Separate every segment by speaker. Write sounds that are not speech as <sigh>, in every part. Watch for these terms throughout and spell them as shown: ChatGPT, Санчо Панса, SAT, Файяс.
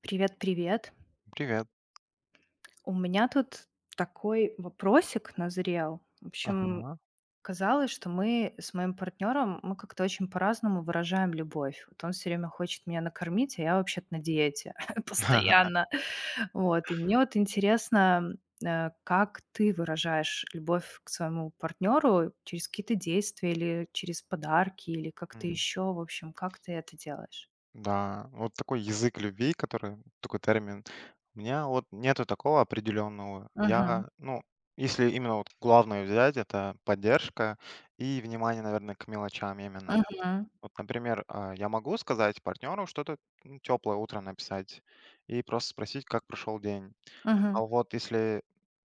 Speaker 1: Привет, привет.
Speaker 2: Привет.
Speaker 1: У меня тут такой вопросик назрел. В общем,
Speaker 2: Ага.
Speaker 1: казалось, что мы с моим партнером, мы как-то очень по-разному выражаем любовь. Вот он все время хочет меня накормить, а я вообще-то на диете <laughs>
Speaker 2: <laughs>
Speaker 1: постоянно. Вот. И мне вот интересно, как ты выражаешь любовь к своему партнеру через какие-то действия или через подарки, или как-то
Speaker 2: М,
Speaker 1: еще, в общем, как ты это делаешь?
Speaker 2: Да, вот такой язык любви, который вот такой термин. У меня вот нету такого определенного.
Speaker 1: Мгм.
Speaker 2: Ну, если именно вот главное взять, это поддержка и внимание, наверное, к мелочам именно.
Speaker 1: Мгм.
Speaker 2: Вот, например, я могу сказать партнеру что-то теплое утро написать и просто спросить, как прошел день.
Speaker 1: Мгм.
Speaker 2: А вот если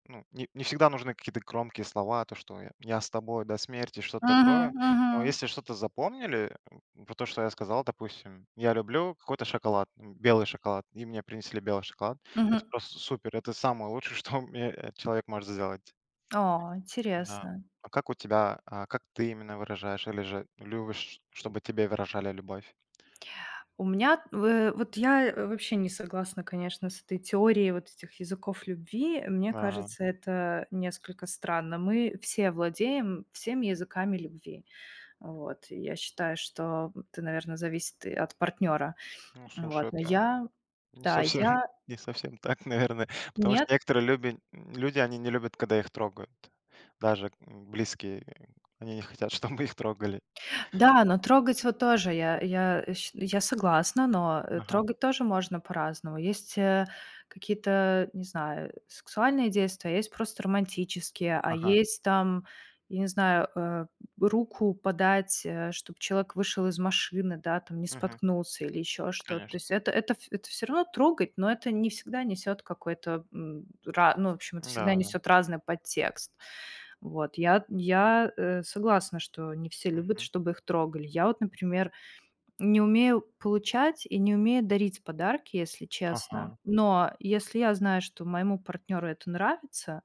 Speaker 2: Ну, не всегда нужны какие-то громкие слова, то, что я с тобой до смерти, что-то
Speaker 1: Мгм.
Speaker 2: такое.
Speaker 1: Мгм.
Speaker 2: Но если что-то запомнили, про то, что я сказал, допустим, я люблю какой-то шоколад, белый шоколад, и мне принесли белый шоколад. Это
Speaker 1: Мгм.
Speaker 2: просто супер, это самое лучшее, <laughs> что мне, человек может сделать.
Speaker 1: О,
Speaker 2: Да.
Speaker 1: интересно.
Speaker 2: А как у тебя, как ты именно выражаешь или же любишь, чтобы тебе выражали любовь?
Speaker 1: У меня, вот я вообще не согласна, конечно, с этой теорией вот этих языков любви. Мне
Speaker 2: А,
Speaker 1: кажется, это несколько странно. Мы все владеем всеми языками любви. Вот. И я считаю, что это, наверное, зависит и от партнера.
Speaker 2: ну, слушай,
Speaker 1: Вот. Но я,
Speaker 2: не
Speaker 1: да,
Speaker 2: совсем,
Speaker 1: я,
Speaker 2: <laughs> не совсем так, наверное, потому
Speaker 1: нет.
Speaker 2: что некоторые люби люди, они не любят, когда их трогают, даже, близкие, они не хотят, <laughs> чтобы их трогали.
Speaker 1: Да, но трогать вот тоже я согласна, но,
Speaker 2: Ага,
Speaker 1: трогать тоже можно по-разному. Есть, какие-то, не знаю, сексуальные действия, а есть просто романтические, а
Speaker 2: ага,
Speaker 1: есть там, я не знаю, руку подать, чтобы человек вышел из машины, да, там не
Speaker 2: мгм,
Speaker 1: споткнулся или еще что-то. То
Speaker 2: конечно,
Speaker 1: есть это все равно трогать, но это не всегда несет какой-то, м, ра ну, в общем, это всегда
Speaker 2: да-да-да,
Speaker 1: несет разный подтекст. Вот, я согласна, что не все любят,
Speaker 2: мгм,
Speaker 1: чтобы их трогали. Я вот, например, не умею получать и не умею дарить подарки, если
Speaker 2: ага,
Speaker 1: честно. Но если я знаю, что моему партнеру это нравится,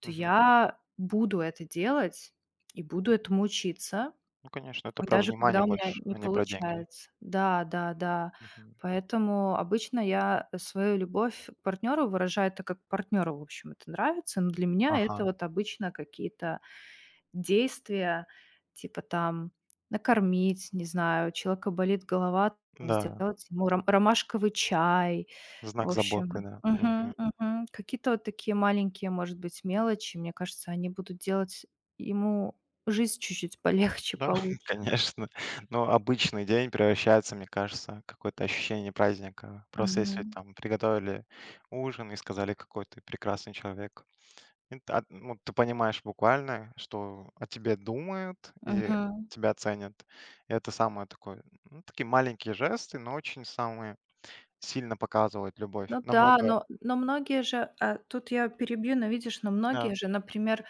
Speaker 1: то
Speaker 2: мгм.
Speaker 1: я буду это делать и буду этому учиться,
Speaker 2: Ну, конечно, это про
Speaker 1: даже когда
Speaker 2: внимание
Speaker 1: у меня
Speaker 2: больше,
Speaker 1: не
Speaker 2: а не про деньги.
Speaker 1: получается. Да, да, да.
Speaker 2: Мгм,
Speaker 1: Поэтому обычно я свою любовь к партнеру выражаю так, как партнеру, в общем, это нравится. Но для меня
Speaker 2: ага,
Speaker 1: это вот обычно какие-то действия, типа там накормить, не знаю, у человека болит голова, там
Speaker 2: да,
Speaker 1: сделать ему ромашковый чай. В
Speaker 2: знак заботы,
Speaker 1: общем,
Speaker 2: да,
Speaker 1: мгм,
Speaker 2: мгм.
Speaker 1: мгм. Какие-то вот такие маленькие, может быть, мелочи, мне кажется, они будут делать ему жизнь чуть-чуть полегче,
Speaker 2: Да, <laughs>
Speaker 1: получше.
Speaker 2: конечно. Но обычный день превращается, мне кажется, в какое-то ощущение праздника. Просто если
Speaker 1: Мгм,
Speaker 2: там приготовили ужин и сказали, какой ты прекрасный человек. И ну, ты понимаешь буквально, что о тебе думают и
Speaker 1: мгм.
Speaker 2: тебя ценят. И это самое такое, ну, такие маленькие жесты, но очень самые сильно показывают любовь.
Speaker 1: Ну да,
Speaker 2: Намного,
Speaker 1: но многие же, тут я перебью, но видишь, но
Speaker 2: да,
Speaker 1: многие же, например,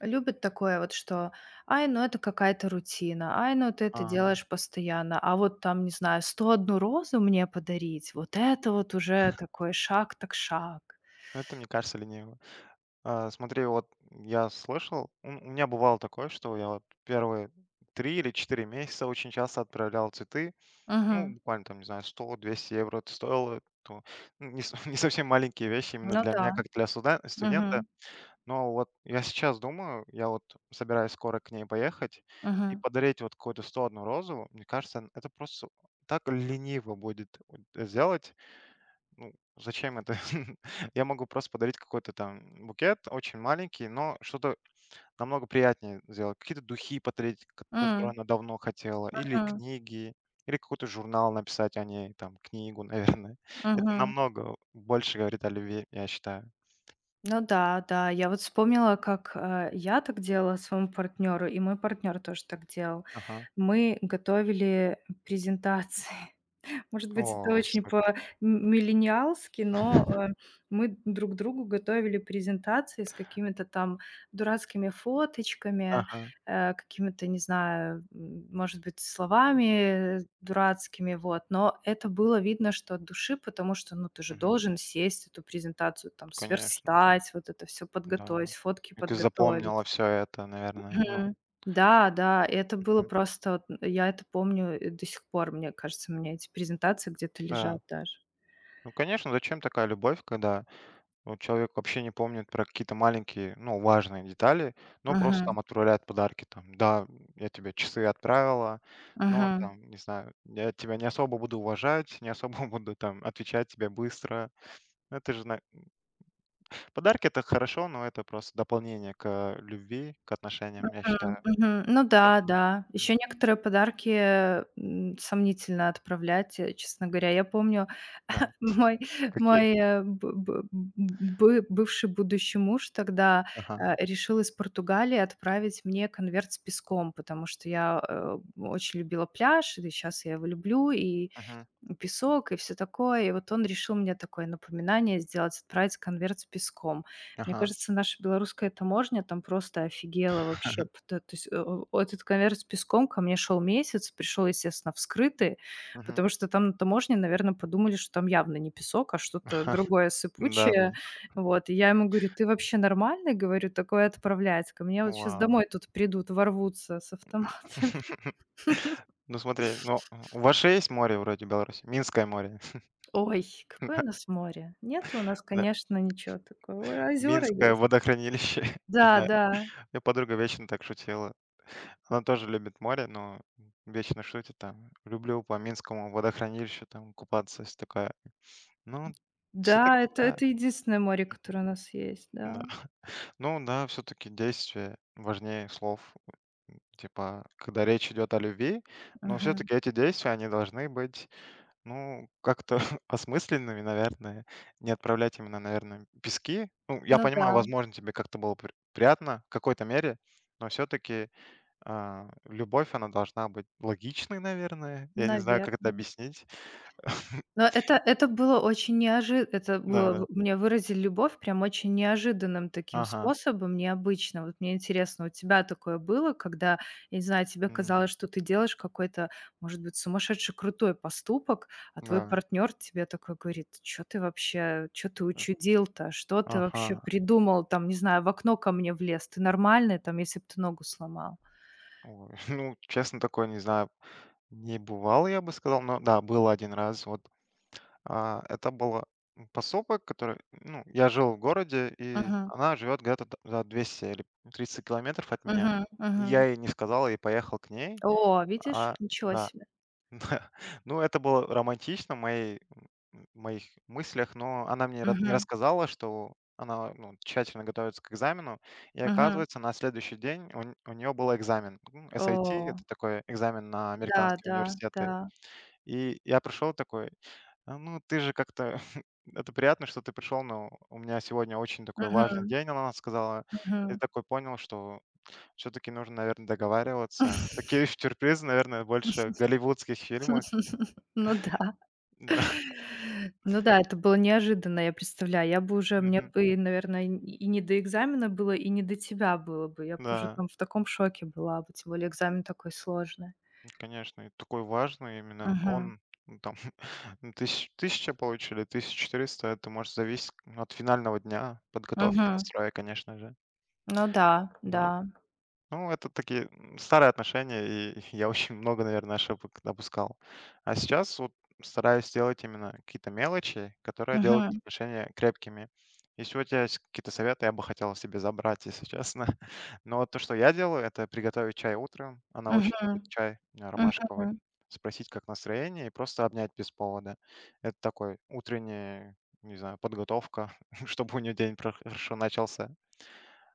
Speaker 1: любят такое вот, что: "Ай, ну это какая-то рутина, ай, ну ты это
Speaker 2: ага.
Speaker 1: делаешь постоянно, а вот там, не знаю, 101 розу мне подарить — вот это вот уже такой шаг, так шаг".
Speaker 2: Это, мне кажется, лениво. Смотри, вот я слышал, у меня бывало такое, что я вот первые 3 или 4 месяца очень часто отправлял цветы. Ну,
Speaker 1: Мгм.
Speaker 2: буквально там, не знаю, 100, 200 евро это стоило. То, ну, не, с- <laughs> не совсем маленькие вещи именно
Speaker 1: Ну
Speaker 2: для
Speaker 1: да.
Speaker 2: меня, как для студента.
Speaker 1: Мгм.
Speaker 2: Но вот я сейчас думаю, я вот собираюсь скоро к ней поехать и
Speaker 1: Мгм.
Speaker 2: подарить вот какую-то 101 розу. Мне кажется, это просто так лениво будет вот сделать. Ну, зачем это? <laughs> Я могу просто подарить какой-то там букет, очень маленький, но что-то намного приятнее сделать. Какие-то духи подарить, которые
Speaker 1: М.
Speaker 2: она давно хотела, или
Speaker 1: Мгм.
Speaker 2: книги, или какой-то журнал написать о ней, там, книгу, наверное. <laughs> Это
Speaker 1: Мгм.
Speaker 2: намного больше говорит о любви, я считаю.
Speaker 1: Ну да, да. Я вот вспомнила, как, я так делала своему партнеру, и мой партнер тоже так делал.
Speaker 2: Ага.
Speaker 1: Мы готовили презентации. Может быть, это
Speaker 2: О,
Speaker 1: очень
Speaker 2: супер.
Speaker 1: по-миллениалски, но, мы друг другу готовили презентации с какими-то там дурацкими фоточками,
Speaker 2: Ага.
Speaker 1: какими-то, не знаю, может быть, словами дурацкими, вот. Но это было видно, что от души, потому что, ну, ты же
Speaker 2: Мгм.
Speaker 1: должен сесть, эту презентацию там
Speaker 2: Конечно.
Speaker 1: сверстать, вот это все подготовить,
Speaker 2: Да.
Speaker 1: фотки
Speaker 2: И ты запомнила
Speaker 1: подготовить.
Speaker 2: все это, наверное. Ну,
Speaker 1: Мгм. Да, да, это было
Speaker 2: мгм.
Speaker 1: просто вот, я это помню, и до сих пор, мне кажется, у меня эти презентации где-то лежат
Speaker 2: Да.
Speaker 1: даже.
Speaker 2: Ну, конечно, зачем такая любовь, когда вот человек вообще не помнит про какие-то маленькие, ну, важные детали, но просто
Speaker 1: Мгм,
Speaker 2: там отправляет подарки. Там, да, я тебе часы отправила, но
Speaker 1: мгм,
Speaker 2: там, не знаю, я тебя не особо буду уважать, не особо <laughs> буду там отвечать тебе быстро. Ну, подарки это хорошо, но это просто дополнение к любви, к отношениям, я
Speaker 1: м,
Speaker 2: считаю.
Speaker 1: мгм. Ну да, да.
Speaker 2: М,
Speaker 1: Еще некоторые подарки, сомнительно отправлять, честно говоря. Я помню,
Speaker 2: Да.
Speaker 1: <laughs> мой
Speaker 2: Какие?
Speaker 1: мой б б бы бывший будущий муж тогда,
Speaker 2: Ага.
Speaker 1: решил из Португалии отправить мне конверт с песком, потому что я, очень любила пляж, и сейчас я его люблю, и
Speaker 2: Мгм.
Speaker 1: песок и все такое. И вот он решил мне такое напоминание сделать, отправить конверт с песком. Мне
Speaker 2: Ага.
Speaker 1: кажется, наша белорусская таможня там просто офигела вообще. Пта То есть, этот конверт с песком ко мне шел месяц, пришел, естественно, вскрытый,
Speaker 2: Мгм.
Speaker 1: потому что там на таможне, наверное, подумали, что там явно не песок, а что-то
Speaker 2: <laughs>
Speaker 1: другое
Speaker 2: Да, да.
Speaker 1: сыпучее. Вот. И я ему говорю: "Ты вообще нормальный? Говорю, такое отправлять? Ко мне вот сейчас
Speaker 2: Ладно.
Speaker 1: домой тут придут, ворвутся с автоматами".
Speaker 2: <laughs> Ну смотри, ну у вас же есть море вроде Беларуси, Минское море.
Speaker 1: Ой, какое у нас море? Нет у нас,
Speaker 2: <laughs>
Speaker 1: конечно, ничего такого. Ой, озера
Speaker 2: Минское
Speaker 1: есть.
Speaker 2: водохранилище. <laughs> Не
Speaker 1: Да,
Speaker 2: знаю.
Speaker 1: да.
Speaker 2: Мне подруга вечно так шутила. Она тоже любит море, но вечно шутит там. Люблю по Минскому водохранилищу там купаться. Всё такая. Ну,
Speaker 1: Да,
Speaker 2: все-таки да.
Speaker 1: это единственное море, которое у нас есть,
Speaker 2: Да.
Speaker 1: да.
Speaker 2: Ну да, все-таки действия важнее слов. Типа, когда речь идет о любви, но
Speaker 1: Мгм.
Speaker 2: все-таки эти действия, они должны быть ну, как-то <laughs> осмысленными, наверное, не отправлять именно, наверное, пески. Ну, я
Speaker 1: Ну да,
Speaker 2: понимаю, возможно, тебе как-то было приятно в какой-то мере, но все-таки любовь, она должна быть логичной, наверное. Я не знаю, как это
Speaker 1: наверное.
Speaker 2: объяснить. <laughs>
Speaker 1: Но это было очень неожи это
Speaker 2: Да,
Speaker 1: было,
Speaker 2: да.
Speaker 1: в мне выразили любовь прям очень неожиданным таким
Speaker 2: Ага.
Speaker 1: способом, необычно. Вот мне интересно, у тебя такое было, когда, я не знаю, тебе казалось,
Speaker 2: М,
Speaker 1: что ты делаешь какой-то, может быть, сумасшедший крутой поступок, а твой
Speaker 2: Да.
Speaker 1: партнер тебе такой говорит: "Что ты вообще, что ты
Speaker 2: Э,
Speaker 1: учудил-то? Что ты вообще
Speaker 2: ага.
Speaker 1: придумал там, не знаю, в окно ко мне влез? Ты нормальный там, если бы ты ногу сломал?"
Speaker 2: Ой, <laughs> ну, честно, такое, не знаю, не бывало, я бы сказал, но да, было один раз. Это было, поселок, который ну, я жил в городе, и
Speaker 1: Мгм.
Speaker 2: она живет где-то т за 200 или 300 километров от меня.
Speaker 1: Мгм. Мгм.
Speaker 2: Я ей не сказал и поехал к ней.
Speaker 1: О, видишь,
Speaker 2: А,
Speaker 1: ничего
Speaker 2: да,
Speaker 1: себе.
Speaker 2: <laughs> да. Ну, это было романтично в моих мыслях, но она мне ра не
Speaker 1: Мгм.
Speaker 2: рассказала, что она, ну, тщательно готовится к экзамену. И
Speaker 1: Мгм.
Speaker 2: оказывается, на следующий день у нее был экзамен. Ну, SAT —
Speaker 1: О.
Speaker 2: это такой экзамен на
Speaker 1: Да,
Speaker 2: американские
Speaker 1: да, да.
Speaker 2: университеты. И я пришел такой: "А, ну, ты же как-то <laughs> это приятно, что ты пришел, но у меня сегодня очень такой важный
Speaker 1: Мгм,
Speaker 2: день", она сказала. И
Speaker 1: мгм.
Speaker 2: такой понял, что все-таки нужно, наверное, договариваться.
Speaker 1: <laughs>
Speaker 2: Такие <laughs> сюрпризы, наверное, больше в голливудских фильмах.
Speaker 1: Ну да.
Speaker 2: Да.
Speaker 1: Ну да, это было неожиданно, я представляю. Я бы уже, мне
Speaker 2: Мгм.
Speaker 1: бы, наверное, и не до экзамена было, и не до тебя было бы. Я бы уже
Speaker 2: Да,
Speaker 1: там в таком шоке была бы, тем более экзамен такой сложный.
Speaker 2: конечно, и такой важный именно.
Speaker 1: Мгм,
Speaker 2: Он, ну, там, <laughs> ну, 1000 получили, 1400 — это может зависеть от финального дня, подготовки,
Speaker 1: мгм.
Speaker 2: настроя, конечно же.
Speaker 1: Ну да, да.
Speaker 2: Да. Ну, это такие, старые отношения, и <laughs> я очень много, наверное, ошибок допускал. А сейчас вот стараюсь делать именно какие-то мелочи, которые делают
Speaker 1: Мгм,
Speaker 2: отношения крепкими. Если у тебя есть какие-то советы, я бы хотел себе забрать, если честно. <laughs> Но вот то, что я делаю, это приготовить чай утром. Она очень любит
Speaker 1: мгм,
Speaker 2: чай
Speaker 1: мгм.
Speaker 2: ромашковый. Спросить, как настроение, и просто обнять без повода. Это такой утренний, не знаю, подготовка, <laughs> чтобы у нее день хорошо начался.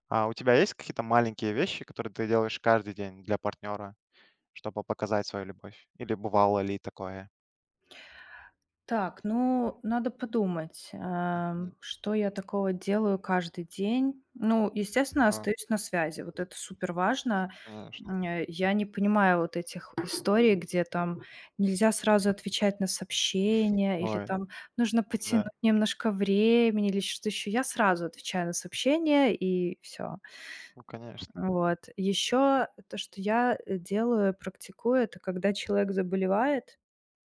Speaker 2: А у тебя есть какие-то маленькие вещи, которые ты делаешь каждый день для партнера, чтобы показать свою любовь? Или бывало ли такое?
Speaker 1: Так, ну, надо подумать,
Speaker 2: М,
Speaker 1: что я такого делаю каждый день. Ну, естественно,
Speaker 2: а,
Speaker 1: остаюсь на связи. Вот это супер важно.
Speaker 2: конечно.
Speaker 1: Я не понимаю вот этих вот историй, где там нельзя сразу отвечать на сообщения или
Speaker 2: Ой,
Speaker 1: там нужно потянуть
Speaker 2: да.
Speaker 1: немножко времени или что-то еще. Я сразу отвечаю на сообщения и все.
Speaker 2: Ну, конечно.
Speaker 1: Вот. Еще то, что я, делаю, практикую, это когда человек заболевает,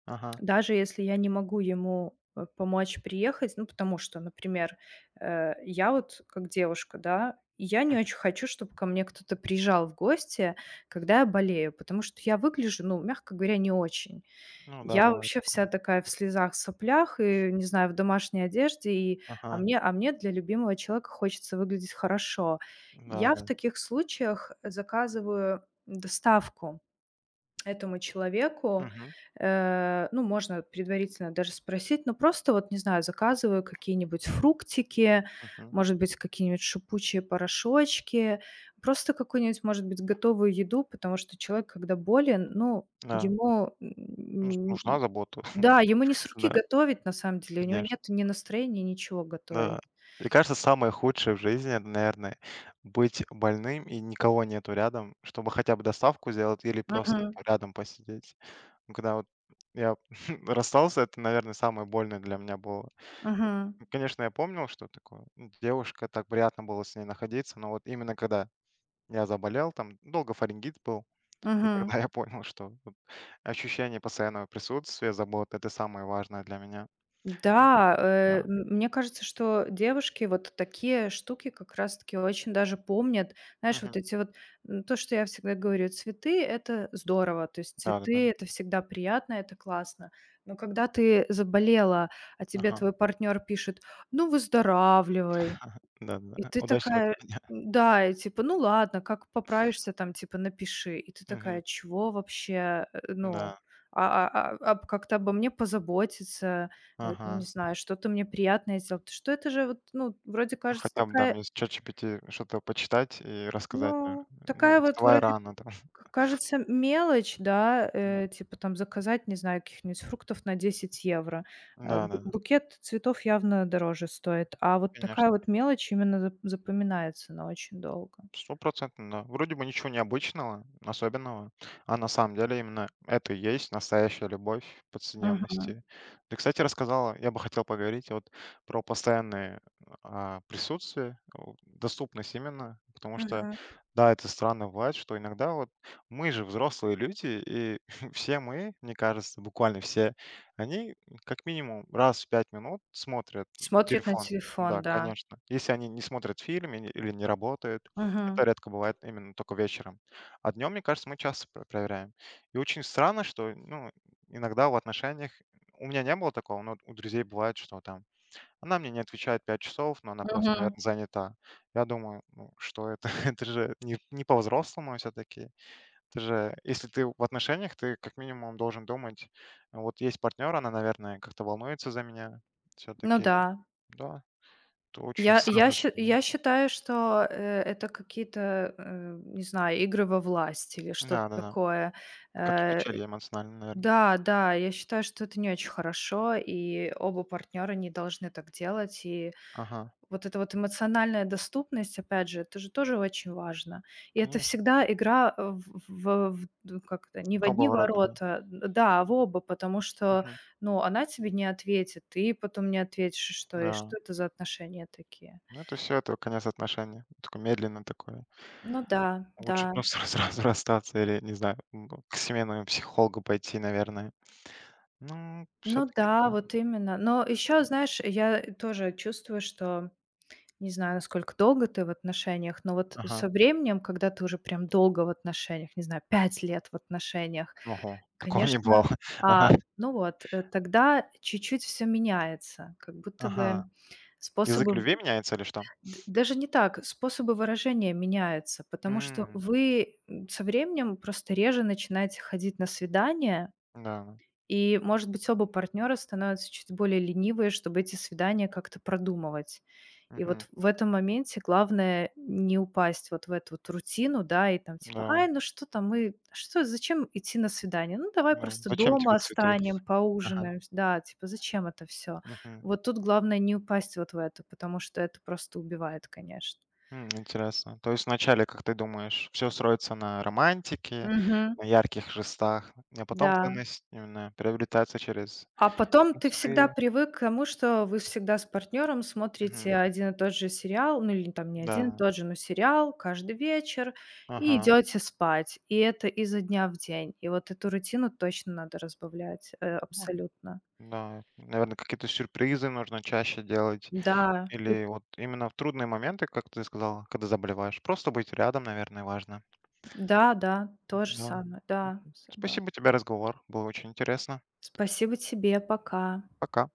Speaker 2: Ага.
Speaker 1: даже если я не могу ему, помочь приехать, ну, потому что, например, я вот как девушка, да, я не
Speaker 2: Мгм.
Speaker 1: очень хочу, чтобы ко мне кто-то приезжал в гости, когда я болею, потому что я выгляжу, ну, мягко говоря, не очень.
Speaker 2: Ну да,
Speaker 1: Я
Speaker 2: бывает
Speaker 1: вообще
Speaker 2: такое.
Speaker 1: вся такая в слезах, соплях и, не знаю, в домашней одежде, и, а
Speaker 2: Ага.
Speaker 1: мне а мне для любимого человека хочется выглядеть хорошо.
Speaker 2: Да,
Speaker 1: Я в
Speaker 2: да.
Speaker 1: таких случаях заказываю доставку. Этому человеку,
Speaker 2: Мгм,
Speaker 1: ну, можно предварительно даже спросить, ну, просто вот, не знаю, заказываю какие-нибудь фруктики,
Speaker 2: мгм.
Speaker 1: может быть, какие-нибудь шипучие порошочки, просто какую-нибудь, может быть, готовую еду, потому что человек, когда болен, ну,
Speaker 2: Да.
Speaker 1: ему,
Speaker 2: Нужна забота.
Speaker 1: да, ему не
Speaker 2: <laughs>
Speaker 1: с руки
Speaker 2: Да,
Speaker 1: готовить, на самом деле, у него
Speaker 2: конечно.
Speaker 1: нет ни настроения ничего готовить.
Speaker 2: Да. Мне кажется, самое худшее в жизни, это, наверное, быть больным и никого нету рядом, чтобы хотя бы доставку сделать или просто
Speaker 1: Мгм.
Speaker 2: рядом посидеть. Ну, когда вот я <laughs> расстался, это, наверное, самое больное для меня было.
Speaker 1: Мгм.
Speaker 2: Ну, конечно, я помнил, что такое ну, девушка, так приятно было с ней находиться, но вот именно когда я заболел, там долго фарингит был, и тогда
Speaker 1: Мгм.
Speaker 2: <laughs> я понял, что вот ощущение постоянного присутствия, заботы — это самое важное для меня. М,
Speaker 1: Да,
Speaker 2: Да,
Speaker 1: мне кажется, что девушки вот такие штуки как раз-таки очень даже помнят. Знаешь,
Speaker 2: мгм.
Speaker 1: вот эти вот, то, что я всегда говорю: цветы — это здорово, то есть
Speaker 2: Да-да-да.
Speaker 1: цветы — это всегда приятно, это классно. Но когда ты заболела, а тебе
Speaker 2: Ага,
Speaker 1: твой партнер пишет: "Ну, выздоравливай". И
Speaker 2: да-да.
Speaker 1: ты
Speaker 2: Удачного
Speaker 1: такая:
Speaker 2: тебе дня.
Speaker 1: да, и типа, ну ладно, как поправишься там, типа, напиши. И ты
Speaker 2: Мгм.
Speaker 1: такая, чего вообще, ну,
Speaker 2: Да,
Speaker 1: как-то обо мне позаботиться,
Speaker 2: ага.
Speaker 1: не знаю, что-то мне приятное сделать. Что это же вот, ну, вроде
Speaker 2: Ну,
Speaker 1: кажется
Speaker 2: хотя бы, да,
Speaker 1: такая,
Speaker 2: мне с ChatGPT что-то почитать и рассказать, наверно.
Speaker 1: ну,
Speaker 2: Ну,
Speaker 1: такая вот
Speaker 2: вставай
Speaker 1: вроде
Speaker 2: рано, там. <laughs>
Speaker 1: кажется мелочь, да,
Speaker 2: М,
Speaker 1: типа там заказать, не знаю, каких-нибудь фруктов на 10 евро.
Speaker 2: Да-да,
Speaker 1: Букет цветов явно дороже стоит, а вот такая
Speaker 2: конечно.
Speaker 1: вот мелочь именно запоминается на очень долго.
Speaker 2: Стопроцентно, да. Вроде бы ничего необычного, особенного, а на самом деле именно это и есть настоящая любовь в
Speaker 1: Мгм,
Speaker 2: повседневности. Ты, кстати, рассказала, я бы хотел поговорить вот про постоянное присутствие, доступность именно, потому что,
Speaker 1: мгм.
Speaker 2: да, это странно бывает, что иногда вот мы же взрослые люди, и <laughs> все мы, мне кажется, буквально все, они как минимум раз в 5 минут смотрят
Speaker 1: Смотрит на
Speaker 2: телефон.
Speaker 1: телефон,
Speaker 2: Да,
Speaker 1: да.
Speaker 2: конечно. Если они не смотрят фильм или не работают, это
Speaker 1: Мгм,
Speaker 2: редко бывает именно только вечером. А днем, мне кажется, мы часто проверяем. И очень странно, что ну, иногда в отношениях у меня не было такого, но у друзей бывает, что там она мне не отвечает 5 часов, но она просто,
Speaker 1: мгм.
Speaker 2: наверное, занята. Я думаю, ну, что это? <laughs> Это же не по-взрослому все-таки. Это же, если ты в отношениях, ты как минимум должен думать, вот есть партнер, она, наверное, как-то волнуется за меня.
Speaker 1: Ну
Speaker 2: Все-таки,
Speaker 1: да.
Speaker 2: да, это очень <laughs>
Speaker 1: Я я
Speaker 2: странно.
Speaker 1: счи
Speaker 2: для меня.
Speaker 1: я считаю, что, это какие-то, не знаю, игры во власть или что-то
Speaker 2: Да, да, да.
Speaker 1: такое.
Speaker 2: Как
Speaker 1: Э,
Speaker 2: качели эмоционально, наверное.
Speaker 1: да, да, я считаю, что это не очень хорошо, и оба партнера не должны так делать. И
Speaker 2: Ага.
Speaker 1: вот эта вот эмоциональная доступность, опять же, это же тоже очень важно. И это
Speaker 2: Конечно.
Speaker 1: всегда игра, э, в д как это, не в
Speaker 2: Оба
Speaker 1: одни
Speaker 2: ворота, да.
Speaker 1: ворота, д да, а в оба, потому что,
Speaker 2: Мгм.
Speaker 1: ну, она тебе не ответит, ты потом не ответишь, и
Speaker 2: Да.
Speaker 1: что это за отношения такие?
Speaker 2: Ну, это все это конец отношений. Такой медленно такое.
Speaker 1: Ну да, да,
Speaker 2: Лучше просто <laughs> сразу расстаться или, не знаю, к семейному психологу пойти, наверное. Ну, все
Speaker 1: ну
Speaker 2: таки
Speaker 1: да,
Speaker 2: да.
Speaker 1: вот именно. Но еще, знаешь, я тоже чувствую, что не знаю, насколько долго ты в отношениях, но вот
Speaker 2: Ага.
Speaker 1: со временем, когда ты уже прям долго в отношениях, не знаю, 5 лет в отношениях,
Speaker 2: Ого, <laughs> такого не
Speaker 1: конечно.
Speaker 2: бывало. <laughs>
Speaker 1: А,
Speaker 2: Ага,
Speaker 1: ну вот, тогда чуть-чуть все меняется, как будто бы
Speaker 2: ага. Язык
Speaker 1: способы в
Speaker 2: любви меняется или что?
Speaker 1: д даже не так, способы выражения меняются, потому что
Speaker 2: М,
Speaker 1: вы, со временем просто реже начинаете ходить на свидания.
Speaker 2: да.
Speaker 1: И, может быть, оба партнера становятся чуть более ленивые, чтобы эти свидания как-то продумывать. И
Speaker 2: Мгм.
Speaker 1: вот в этом моменте главное не упасть вот в эту вот рутину, да, и там типа, ай,
Speaker 2: Да,
Speaker 1: ну что там, мы, что, зачем идти на свидание? Ну давай
Speaker 2: да.
Speaker 1: просто
Speaker 2: Зачем
Speaker 1: дома
Speaker 2: тебе цветы?
Speaker 1: останем,
Speaker 2: Ага.
Speaker 1: поужинаем, да, типа, зачем это все?
Speaker 2: Мгм.
Speaker 1: Вот тут главное не упасть вот в это, потому что это просто убивает, конечно.
Speaker 2: Интересно. То есть вначале, как ты думаешь, все строится на романтике,
Speaker 1: Мгм.
Speaker 2: на ярких жестах, а потом
Speaker 1: Да.
Speaker 2: ценность именно приобретается через
Speaker 1: А потом ты всегда
Speaker 2: простые.
Speaker 1: привык к тому, что вы всегда с партнером смотрите
Speaker 2: Мгм.
Speaker 1: один и тот же сериал, ну, или там не один и
Speaker 2: Да.
Speaker 1: тот же, но сериал каждый вечер, и
Speaker 2: Ага.
Speaker 1: идете спать. И это изо дня в день. И вот эту рутину точно надо разбавлять,
Speaker 2: Ну
Speaker 1: абсолютно.
Speaker 2: да, наверное, какие-то сюрпризы нужно чаще делать.
Speaker 1: Да, и
Speaker 2: Или вот именно в трудные моменты, как ты сказала, когда заболеваешь, просто быть рядом, наверное, важно.
Speaker 1: да, да, то же
Speaker 2: Да.
Speaker 1: самое, да, согласна.
Speaker 2: Спасибо тебе разговор, было очень интересно.
Speaker 1: Спасибо тебе, пока.
Speaker 2: Пока.